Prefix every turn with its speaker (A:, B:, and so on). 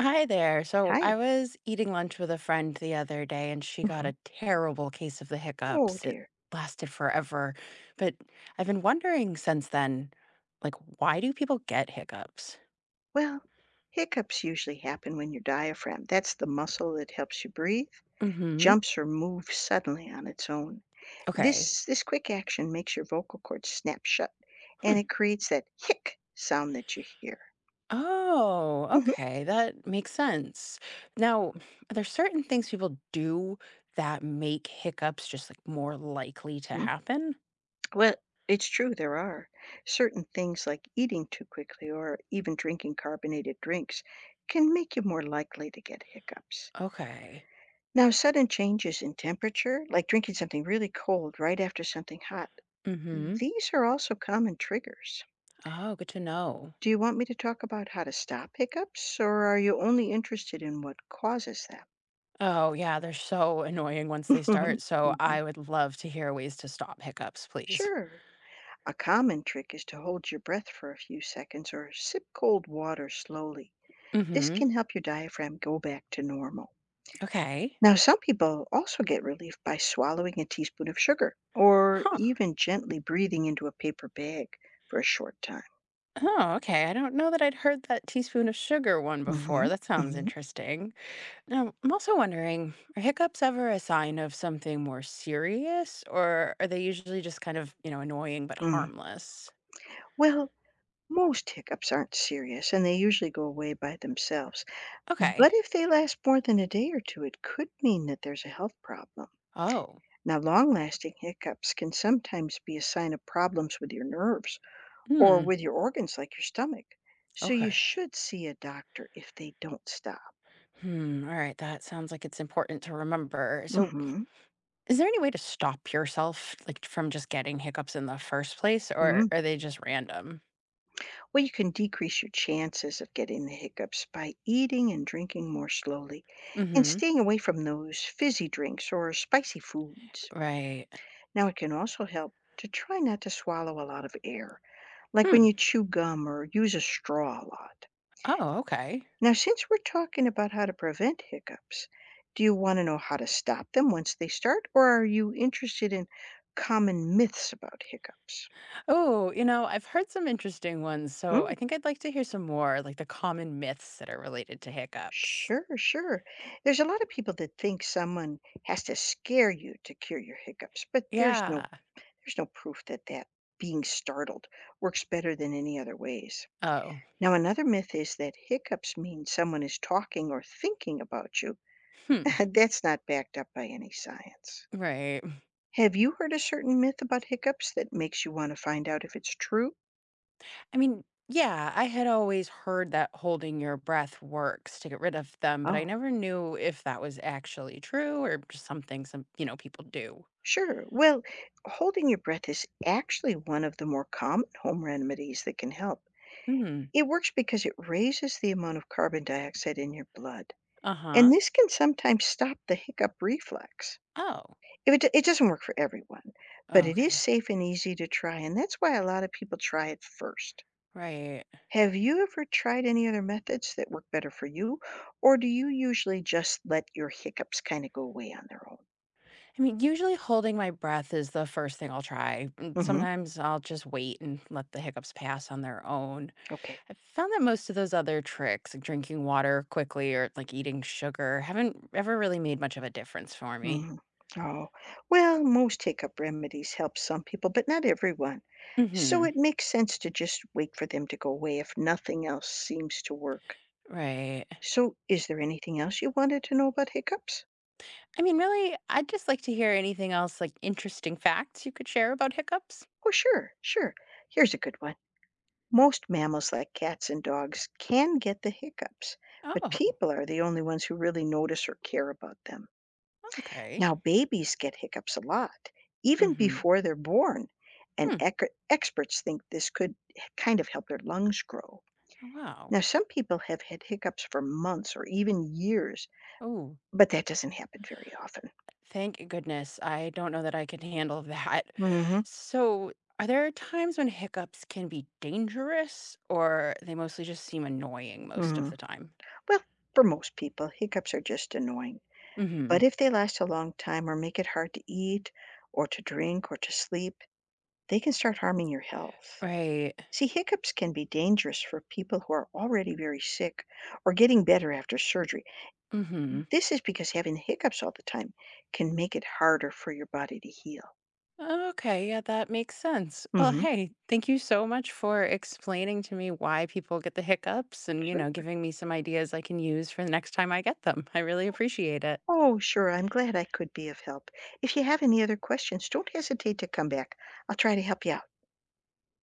A: Hi there. So I
B: Hi.
A: was eating lunch with a friend the other day and she got
B: Mhm.
A: a terrible case of the
B: Oh
A: hiccups. It
B: dear.
A: lasted forever. But I've been wondering since then, like, why do people get hiccups?
B: Well, hiccups usually happen when your diaphragm, that's the muscle that helps you breathe,
A: Mm-hmm.
B: jumps or moves suddenly on its own.
A: Okay.
B: This quick action makes your vocal cords snap shut,
A: Hmm.
B: and it creates that hic sound that you hear.
A: Oh,
B: Mhm.
A: okay. That makes sense. Now, are there certain things people do that make hiccups just like more likely to
B: Mm.
A: happen?
B: Well, it's true there are certain things like eating too quickly or even drinking carbonated drinks can make you more likely to get hiccups.
A: Okay.
B: Now, sudden changes in temperature, like drinking something really cold right after something hot,
A: Mm-hmm.
B: these are also common triggers.
A: Oh, good to know.
B: Do you want me to talk about how to stop hiccups, or are you only interested in what causes them?
A: Oh, yeah, they're so annoying once they start, so
B: Mhm.
A: I would love to hear ways to stop hiccups, please.
B: Sure. A common trick is to hold your breath for a few seconds or sip cold water slowly. This
A: Mhm.
B: can help your diaphragm go back to normal.
A: Okay.
B: Now, some people also get relief by swallowing a teaspoon of sugar or
A: Huh.
B: even gently breathing into a paper bag for a short time.
A: Oh, okay, I don't know that I'd heard that teaspoon of sugar one before,
B: Hmm.
A: that sounds
B: Hmm.
A: interesting. Now, I'm also wondering, are hiccups ever a sign of something more serious, or are they usually just kind of, annoying but
B: Mm.
A: harmless?
B: Well, most hiccups aren't serious and they usually go away by themselves. But
A: Okay.
B: if they last more than a day or two, it could mean that there's a health problem.
A: Oh.
B: Now, long lasting hiccups can sometimes be a sign of problems with your nerves or
A: Hmm.
B: with your organs like your stomach. So you
A: Okay.
B: should see a doctor if they don't stop.
A: Hmm. All right, that sounds like it's important to remember. So
B: Hmm.
A: is there any way to stop yourself, like, from just getting hiccups in the first place, or are they just random?
B: Well, you can decrease your chances of getting the hiccups by eating and drinking more slowly and
A: Mhm.
B: staying away from those fizzy drinks or spicy foods.
A: Right.
B: Now, it can also help to try not to swallow a lot of air, like when
A: Hmm.
B: you chew gum or use a straw a lot.
A: Oh, okay.
B: Now, since we're talking about how to prevent hiccups, do you want to know how to stop them once they start, or are you interested in common myths about hiccups?
A: Oh, you know, I've heard some interesting ones, so I
B: Hmm?
A: think I'd like to hear some more, like the common myths that are related to hiccups.
B: Sure, sure. There's a lot of people that think someone has to scare you to cure your hiccups, but there's
A: Yeah.
B: no there's no proof that being startled works better than any other ways.
A: Oh.
B: Now, another myth is that hiccups mean someone is talking or thinking about you.
A: Hmm.
B: That's not backed up by any science.
A: Right.
B: Have you heard a certain myth about hiccups that makes you want to find out if it's true?
A: I mean, yeah, I had always heard that holding your breath works to get rid of them, but I
B: Oh,
A: never knew if that was actually true or just something some, people do.
B: sure. Well, holding your breath is actually one of the more common home remedies that can help.
A: Mhm.
B: It works because it raises the amount of carbon dioxide in your blood, and
A: Uh-huh.
B: this can sometimes stop the hiccup reflex.
A: Oh,
B: If it doesn't work for everyone, but it is
A: okay.
B: safe and easy to try, and that's why a lot of people try it first.
A: Right.
B: Have you ever tried any other methods that work better for you, or do you usually just let your hiccups kinda go away on their own?
A: I mean, usually holding my breath is the first thing I'll try, and
B: Mhm.
A: sometimes I'll just wait and let the hiccups pass on their own.
B: Okay.
A: I've found that most of those other tricks, like drinking water quickly or like eating sugar, haven't ever really made much of a difference for me.
B: Mhm. Oh, well, most hiccup remedies help some people, but not everyone. So
A: Hmm.
B: it makes sense to just wait for them to go away if nothing else seems to work.
A: Right.
B: So, is there anything else you wanted to know about hiccups?
A: I mean, really, I'd just like to hear anything else, like interesting facts you could share about hiccups.
B: Oh, sure, sure. Here's a good one. Most mammals, like cats and dogs, can get the hiccups, but
A: Oh,
B: people are the only ones who really notice or care about them.
A: okay.
B: Now, babies get hiccups a lot, even
A: Mm-hmm.
B: before they're born, and
A: Hmm.
B: experts think this could kind of help their lungs grow.
A: Oh, wow.
B: Now, some people have had hiccups for months or even years,
A: Oh.
B: but that doesn't happen very often.
A: Thank goodness. I don't know that I can handle that.
B: Hmm.
A: So, are there times when hiccups can be dangerous or they mostly just seem annoying most of
B: Hmm.
A: the time?
B: Well, for most people, hiccups are just annoying. But
A: Mhm.
B: if they last a long time or make it hard to eat or to drink or to sleep, they can start harming your health.
A: Right.
B: See, hiccups can be dangerous for people who are already very sick or getting better after surgery.
A: Mhm.
B: This is because having hiccups all the time can make it harder for your body to heal.
A: Okay, yeah, that makes sense. Well,
B: Mhm.
A: hey, thank you so much for explaining to me why people get the hiccups and, you know,
B: Sure.
A: giving me some ideas I can use for the next time I get them. I really appreciate it.
B: Oh, sure. I'm glad I could be of help. If you have any other questions, don't hesitate to come back. I'll try to help you out.